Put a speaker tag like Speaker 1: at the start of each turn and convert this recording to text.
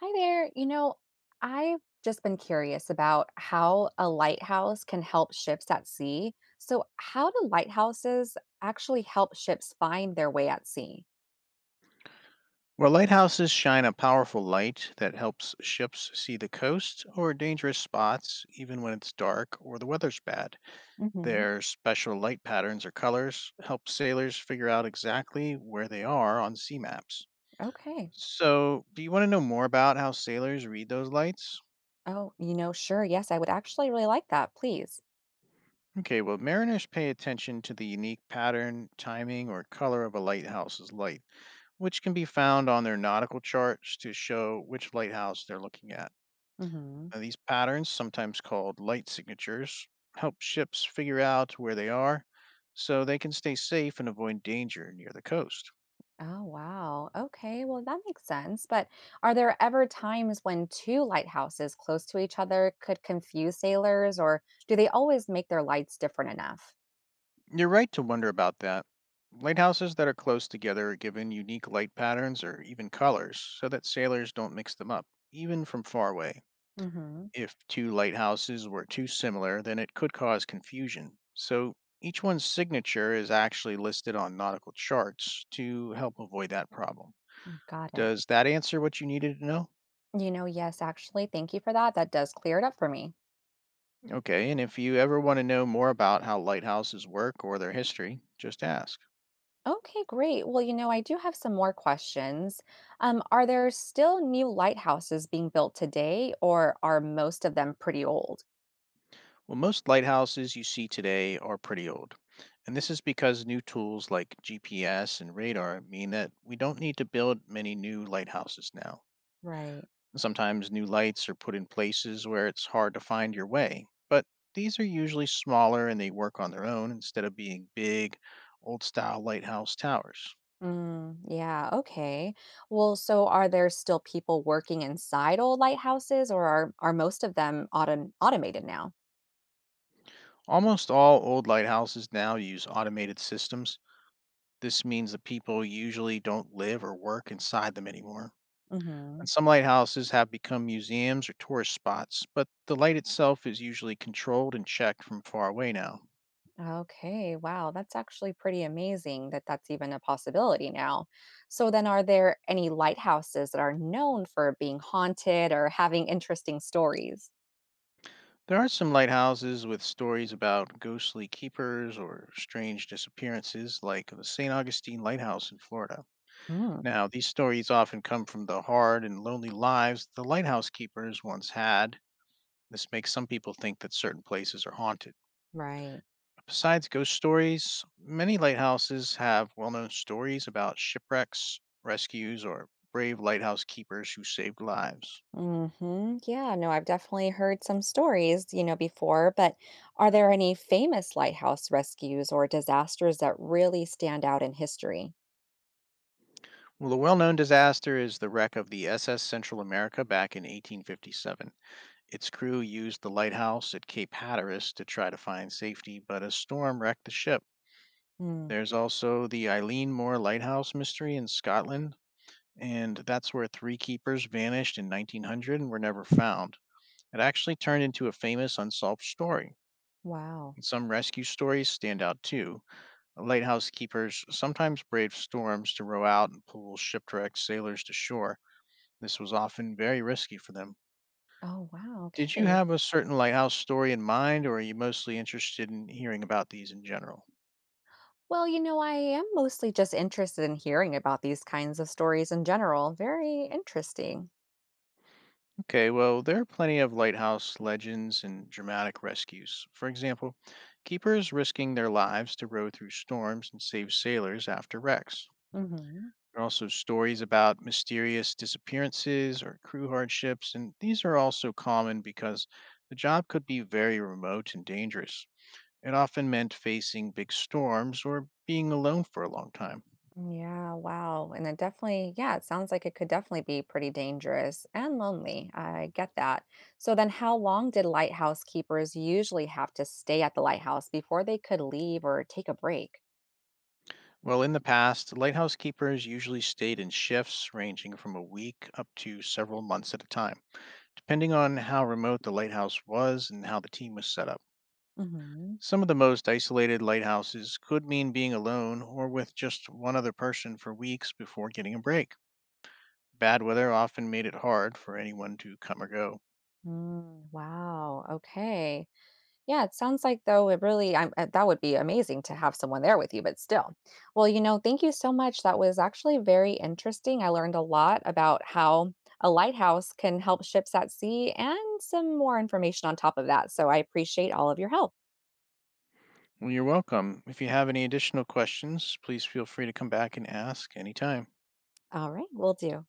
Speaker 1: Hi there. I've just been curious about how a lighthouse can help ships at sea. So, how do lighthouses actually help ships find their way at sea?
Speaker 2: Well, lighthouses shine a powerful light that helps ships see the coast or dangerous spots even when it's dark or the weather's bad.
Speaker 1: Hmm.
Speaker 2: Their special light patterns or colors help sailors figure out exactly where they are on sea maps.
Speaker 1: Okay.
Speaker 2: So, do you want to know more about how sailors read those lights?
Speaker 1: Oh, sure. Yes, I would actually really like that, please.
Speaker 2: Okay, well, mariners pay attention to the unique pattern, timing, or color of a lighthouse's light, which can be found on their nautical charts to show which lighthouse they're looking at.
Speaker 1: Hmm.
Speaker 2: Now, these patterns, sometimes called light signatures, help ships figure out where they are so they can stay safe and avoid danger near the coast.
Speaker 1: Oh, wow. Okay. Well, that makes sense. But are there ever times when two lighthouses close to each other could confuse sailors, or do they always make their lights different enough?
Speaker 2: You're right to wonder about that. Lighthouses that are close together are given unique light patterns or even colors so that sailors don't mix them up, even from far away.
Speaker 1: Hmm.
Speaker 2: If two lighthouses were too similar, then it could cause confusion. So each one's signature is actually listed on nautical charts to help avoid that problem.
Speaker 1: Got it.
Speaker 2: Does that answer what you needed to know?
Speaker 1: Yes, actually, thank you for that. That does clear it up for me.
Speaker 2: Okay, and if you ever want to know more about how lighthouses work or their history, just ask.
Speaker 1: Okay, great. Well, I do have some more questions. Are there still new lighthouses being built today, or are most of them pretty old?
Speaker 2: Well, most lighthouses you see today are pretty old. And this is because new tools like GPS and radar mean that we don't need to build many new lighthouses now.
Speaker 1: Right.
Speaker 2: Sometimes new lights are put in places where it's hard to find your way, but these are usually smaller and they work on their own instead of being big, old style lighthouse towers.
Speaker 1: Mm, yeah, okay. Well, so are there still people working inside old lighthouses, or are most of them automated now?
Speaker 2: Almost all old lighthouses now use automated systems. This means that people usually don't live or work inside them anymore.
Speaker 1: Hmm.
Speaker 2: And some lighthouses have become museums or tourist spots, but the light itself is usually controlled and checked from far away now.
Speaker 1: Okay, wow, that's actually pretty amazing that that's even a possibility now. So, then are there any lighthouses that are known for being haunted or having interesting stories?
Speaker 2: There are some lighthouses with stories about ghostly keepers or strange disappearances, like the St. Augustine Lighthouse in Florida.
Speaker 1: Hmm,
Speaker 2: Now, these stories often come from the hard and lonely lives the lighthouse keepers once had. This makes some people think that certain places are haunted.
Speaker 1: right.
Speaker 2: Besides ghost stories, many lighthouses have well known stories about shipwrecks, rescues, or brave lighthouse keepers who saved lives.
Speaker 1: Mm-hmm. Yeah, no, I've definitely heard some stories, before, but are there any famous lighthouse rescues or disasters that really stand out in history?
Speaker 2: Well, a well known disaster is the wreck of the SS Central America back in 1857. Its crew used the lighthouse at Cape Hatteras to try to find safety, but a storm wrecked the ship.
Speaker 1: Mm,
Speaker 2: There's also the Eileen Moore Lighthouse mystery in Scotland, and that's where three keepers vanished in 1900 and were never found. It actually turned into a famous unsolved story.
Speaker 1: wow.
Speaker 2: And some rescue stories stand out too. Lighthouse keepers sometimes brave storms to row out and pull shipwrecked sailors to shore. This was often very risky for them.
Speaker 1: Oh, wow.
Speaker 2: Did you
Speaker 1: Okay.
Speaker 2: have a certain lighthouse story in mind, or are you mostly interested in hearing about these in general?
Speaker 1: Well, I am mostly just interested in hearing about these kinds of stories in general. Very interesting.
Speaker 2: Okay, well, there are plenty of lighthouse legends and dramatic rescues. For example, keepers risking their lives to row through storms and save sailors after wrecks.
Speaker 1: Hmm.
Speaker 2: There are also stories about mysterious disappearances or crew hardships, and these are also common because the job could be very remote and dangerous. It often meant facing big storms or being alone for a long time.
Speaker 1: Yeah, wow. And it definitely, yeah, it sounds like it could definitely be pretty dangerous and lonely. I get that. So then how long did lighthouse keepers usually have to stay at the lighthouse before they could leave or take a break?
Speaker 2: Well, in the past, lighthouse keepers usually stayed in shifts ranging from a week up to several months at a time, depending on how remote the lighthouse was and how the team was set up.
Speaker 1: Hmm.
Speaker 2: Some of the most isolated lighthouses could mean being alone or with just one other person for weeks before getting a break. Bad weather often made it hard for anyone to come or go.
Speaker 1: Mm, wow. Okay. Yeah, it sounds like though it really that would be amazing to have someone there with you, but still. Well, thank you so much. That was actually very interesting. I learned a lot about how a lighthouse can help ships at sea and some more information on top of that. So I appreciate all of your help.
Speaker 2: Well, you're welcome. If you have any additional questions, please feel free to come back and ask anytime.
Speaker 1: All right, will do.